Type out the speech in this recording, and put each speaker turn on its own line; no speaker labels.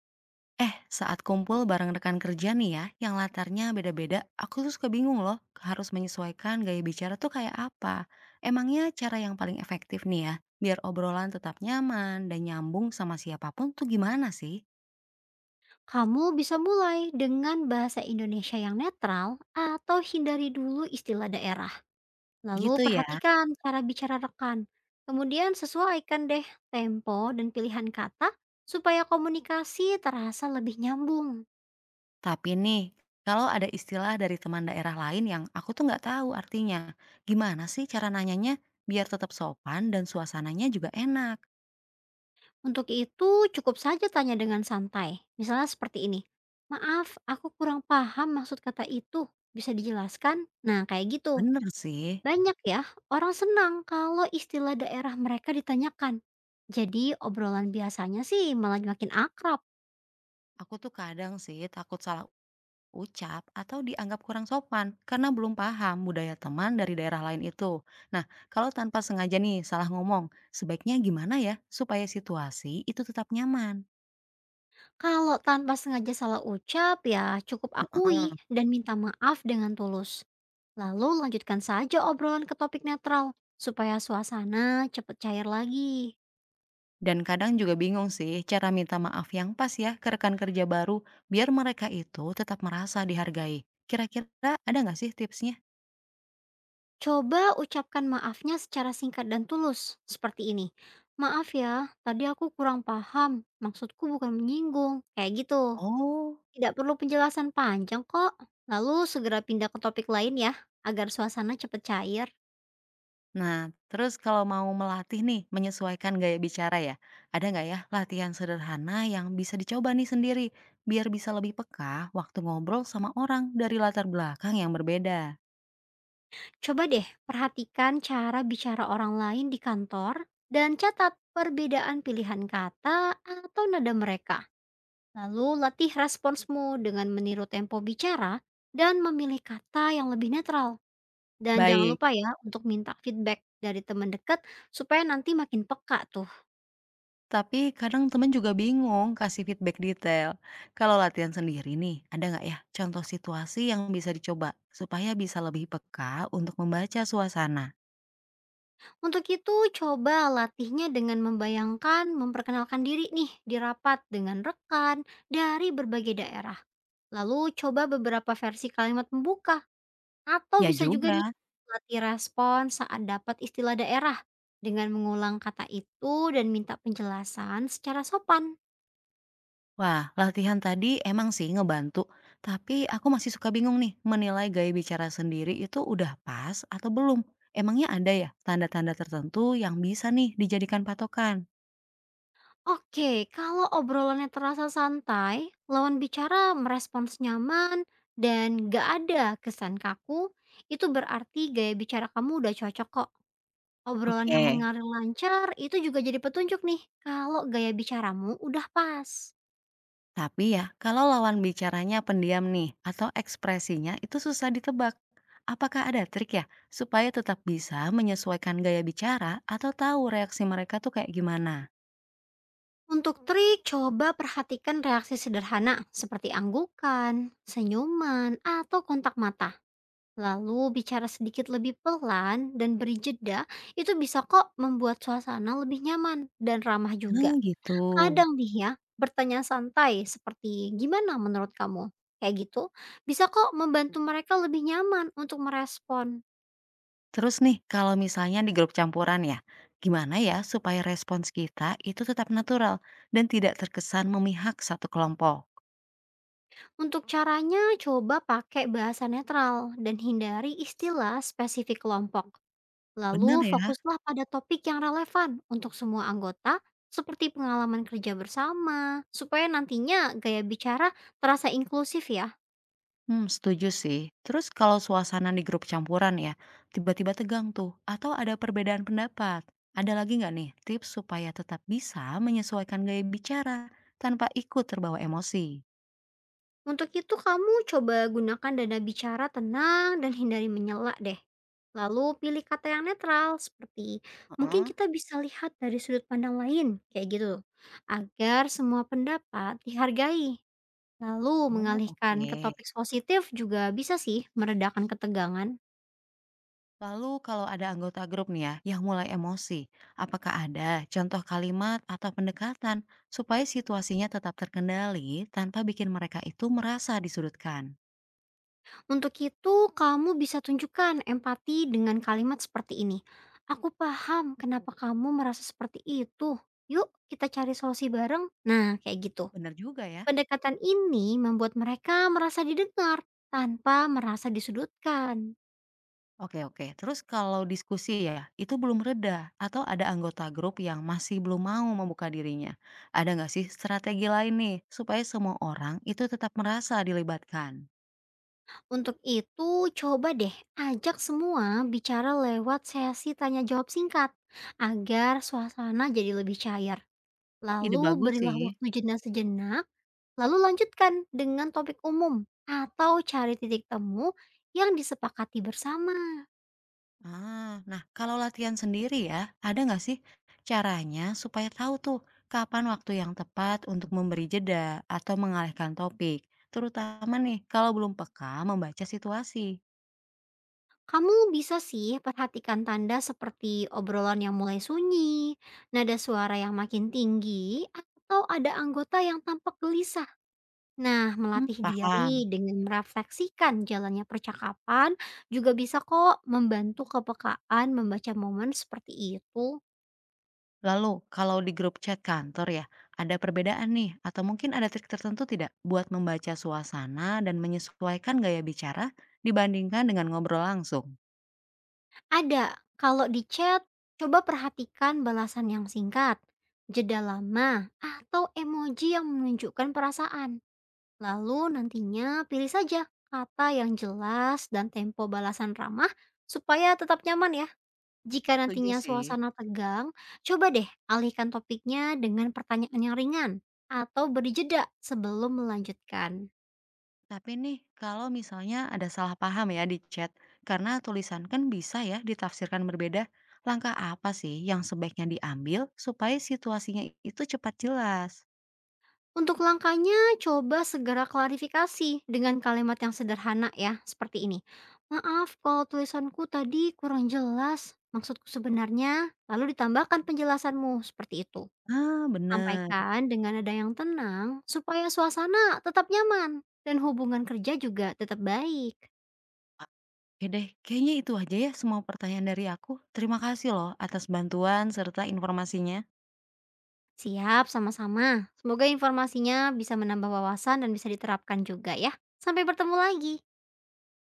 Saat kumpul bareng rekan kerja nih ya, yang latarnya beda-beda, aku tuh suka bingung loh, harus menyesuaikan gaya bicara tuh kayak apa. Emangnya cara yang paling efektif nih ya, biar obrolan tetap nyaman dan nyambung sama siapapun tuh gimana sih?
Kamu bisa mulai dengan bahasa Indonesia yang netral atau hindari dulu istilah daerah. Lalu
Gitu ya.
perhatikan cara bicara rekan. Kemudian sesuaikan deh tempo dan pilihan kata supaya komunikasi terasa lebih nyambung.
Tapi nih, kalau ada istilah dari teman daerah lain yang aku tuh nggak tahu artinya, gimana sih cara nanyanya biar tetap sopan dan suasananya juga enak?
Untuk itu cukup saja tanya dengan santai. Misalnya seperti ini. Maaf, aku kurang paham maksud kata itu. Bisa dijelaskan? Nah, kayak gitu.
Bener sih.
Banyak ya orang senang kalau istilah daerah mereka ditanyakan. Jadi obrolan biasanya sih malah makin akrab.
Aku tuh kadang sih takut salah ucap atau dianggap kurang sopan karena belum paham budaya teman dari daerah lain itu. Nah, kalau tanpa sengaja nih salah ngomong, sebaiknya gimana ya supaya situasi itu tetap nyaman?
Kalau tanpa sengaja salah ucap ya cukup akui
Heeh.
dan minta maaf dengan tulus. Lalu lanjutkan saja obrolan ke topik netral supaya suasana cepat cair lagi.
Dan kadang juga bingung sih cara minta maaf yang pas ya ke rekan kerja baru biar mereka itu tetap merasa dihargai. Kira-kira ada nggak sih tipsnya?
Coba ucapkan maafnya secara singkat dan tulus seperti ini. Maaf ya, tadi aku kurang paham. Maksudku bukan menyinggung. Kayak gitu.
Oh.
Tidak perlu penjelasan panjang kok. Lalu segera pindah ke topik lain ya, agar suasana cepat cair.
Nah, terus kalau mau melatih nih, menyesuaikan gaya bicara ya, ada nggak ya latihan sederhana yang bisa dicoba nih sendiri, biar bisa lebih peka waktu ngobrol sama orang dari latar belakang yang berbeda?
Coba deh perhatikan cara bicara orang lain di kantor dan catat perbedaan pilihan kata atau nada mereka. Lalu latih responsmu dengan meniru tempo bicara dan memilih kata yang lebih netral. Dan jangan
Baik.
lupa ya untuk minta feedback dari teman dekat supaya nanti makin peka tuh.
Tapi kadang temen juga bingung kasih feedback detail. Kalau latihan sendiri nih, ada nggak ya contoh situasi yang bisa dicoba supaya bisa lebih peka untuk membaca suasana?
Untuk itu, coba latihnya dengan membayangkan memperkenalkan diri nih di rapat dengan rekan dari berbagai daerah. Lalu coba beberapa versi kalimat pembuka atau
Ya
bisa juga nih
juga.
latih respon saat dapat istilah daerah dengan mengulang kata itu dan minta penjelasan secara sopan.
Wah, latihan tadi emang sih ngebantu, tapi aku masih suka bingung nih menilai gaya bicara sendiri itu udah pas atau belum. Emangnya ada ya tanda-tanda tertentu yang bisa nih dijadikan patokan?
Oke, kalau obrolannya terasa santai, lawan bicara merespons nyaman dan gak ada kesan kaku, itu berarti gaya bicara kamu udah cocok kok. Obrolan yang
Oke.
mengalir lancar itu juga jadi petunjuk nih kalau gaya bicaramu udah pas.
Tapi ya, kalau lawan bicaranya pendiam nih atau ekspresinya itu susah ditebak. Apakah ada trik ya supaya tetap bisa menyesuaikan gaya bicara atau tahu reaksi mereka tuh kayak gimana?
Untuk trik, coba perhatikan reaksi sederhana seperti anggukan, senyuman, atau kontak mata. Lalu bicara sedikit lebih pelan dan beri jeda, itu bisa kok membuat suasana lebih nyaman dan ramah
Nah,
juga.
gitu.
Kadang nih ya, bertanya santai seperti gimana menurut kamu? Kayak gitu, bisa kok membantu mereka lebih nyaman untuk merespon.
Terus nih, kalau misalnya di grup campuran ya, gimana ya supaya respons kita itu tetap natural dan tidak terkesan memihak satu kelompok?
Untuk caranya, coba pakai bahasa netral dan hindari istilah spesifik kelompok.
Bener
Lalu
ya?
fokuslah pada topik yang relevan untuk semua anggota, seperti pengalaman kerja bersama, supaya nantinya gaya bicara terasa inklusif ya.
Hmm, setuju sih. Terus kalau suasana di grup campuran ya, tiba-tiba tegang tuh, atau ada perbedaan pendapat. Ada lagi nggak nih tips supaya tetap bisa menyesuaikan gaya bicara tanpa ikut terbawa emosi?
Untuk itu kamu coba gunakan dana bicara tenang dan hindari menyela deh. Lalu pilih kata yang netral seperti mungkin
Heeh.
kita bisa lihat dari sudut pandang lain kayak gitu, agar semua pendapat dihargai. Lalu
Oh,
mengalihkan
oke.
ke topik positif juga bisa sih meredakan ketegangan.
Lalu kalau ada anggota grup nih ya yang mulai emosi, apakah ada contoh kalimat atau pendekatan supaya situasinya tetap terkendali tanpa bikin mereka itu merasa disudutkan?
Untuk itu kamu bisa tunjukkan empati dengan kalimat seperti ini. Aku paham kenapa kamu merasa seperti itu. Yuk kita cari solusi bareng. Nah kayak gitu.
Bener juga ya.
Pendekatan ini membuat mereka merasa didengar tanpa merasa disudutkan.
Oke, oke, terus kalau diskusi ya, itu belum reda atau ada anggota grup yang masih belum mau membuka dirinya. Ada nggak sih strategi lain nih supaya semua orang itu tetap merasa dilibatkan?
Untuk itu coba deh ajak semua bicara lewat sesi tanya jawab singkat agar suasana jadi lebih cair.
Ide
Lalu
bagus
berilah
sih.
waktu jeda sejenak, lalu lanjutkan dengan topik umum atau cari titik temu yang disepakati bersama.
Ah, nah kalau latihan sendiri ya, ada nggak sih caranya supaya tahu tuh kapan waktu yang tepat untuk memberi jeda atau mengalihkan topik, terutama nih kalau belum peka membaca situasi.
Kamu bisa sih perhatikan tanda seperti obrolan yang mulai sunyi, nada suara yang makin tinggi, atau ada anggota yang tampak gelisah. Nah,
Hmm,
melatih
paham.
diri dengan merefleksikan jalannya percakapan juga bisa kok membantu kepekaan membaca momen seperti itu.
Lalu kalau di grup chat kantor ya, ada perbedaan nih atau mungkin ada trik tertentu tidak buat membaca suasana dan menyesuaikan gaya bicara dibandingkan dengan ngobrol langsung?
Ada, kalau di chat, coba perhatikan balasan yang singkat, jeda lama, atau emoji yang menunjukkan perasaan. Lalu nantinya pilih saja kata yang jelas dan tempo balasan ramah supaya tetap nyaman ya. Jika
Setuju
nantinya
sih.
suasana tegang, coba deh alihkan topiknya dengan pertanyaan yang ringan atau beri jeda sebelum melanjutkan.
Tapi nih, kalau misalnya ada salah paham ya di chat, karena tulisan kan bisa ya ditafsirkan berbeda. Langkah apa sih yang sebaiknya diambil supaya situasinya itu cepat jelas?
Untuk langkahnya, coba segera klarifikasi dengan kalimat yang sederhana ya, seperti ini. Maaf kalau tulisanku tadi kurang jelas, maksudku sebenarnya, lalu ditambahkan penjelasanmu seperti itu.
Ah, bener.
Sampaikan dengan nada yang tenang supaya suasana tetap nyaman dan hubungan kerja juga tetap baik.
Oke deh, kayaknya itu aja ya semua pertanyaan dari aku. Terima kasih loh atas bantuan serta informasinya.
Siap sama-sama. Semoga informasinya bisa menambah wawasan dan bisa diterapkan juga ya. Sampai bertemu lagi.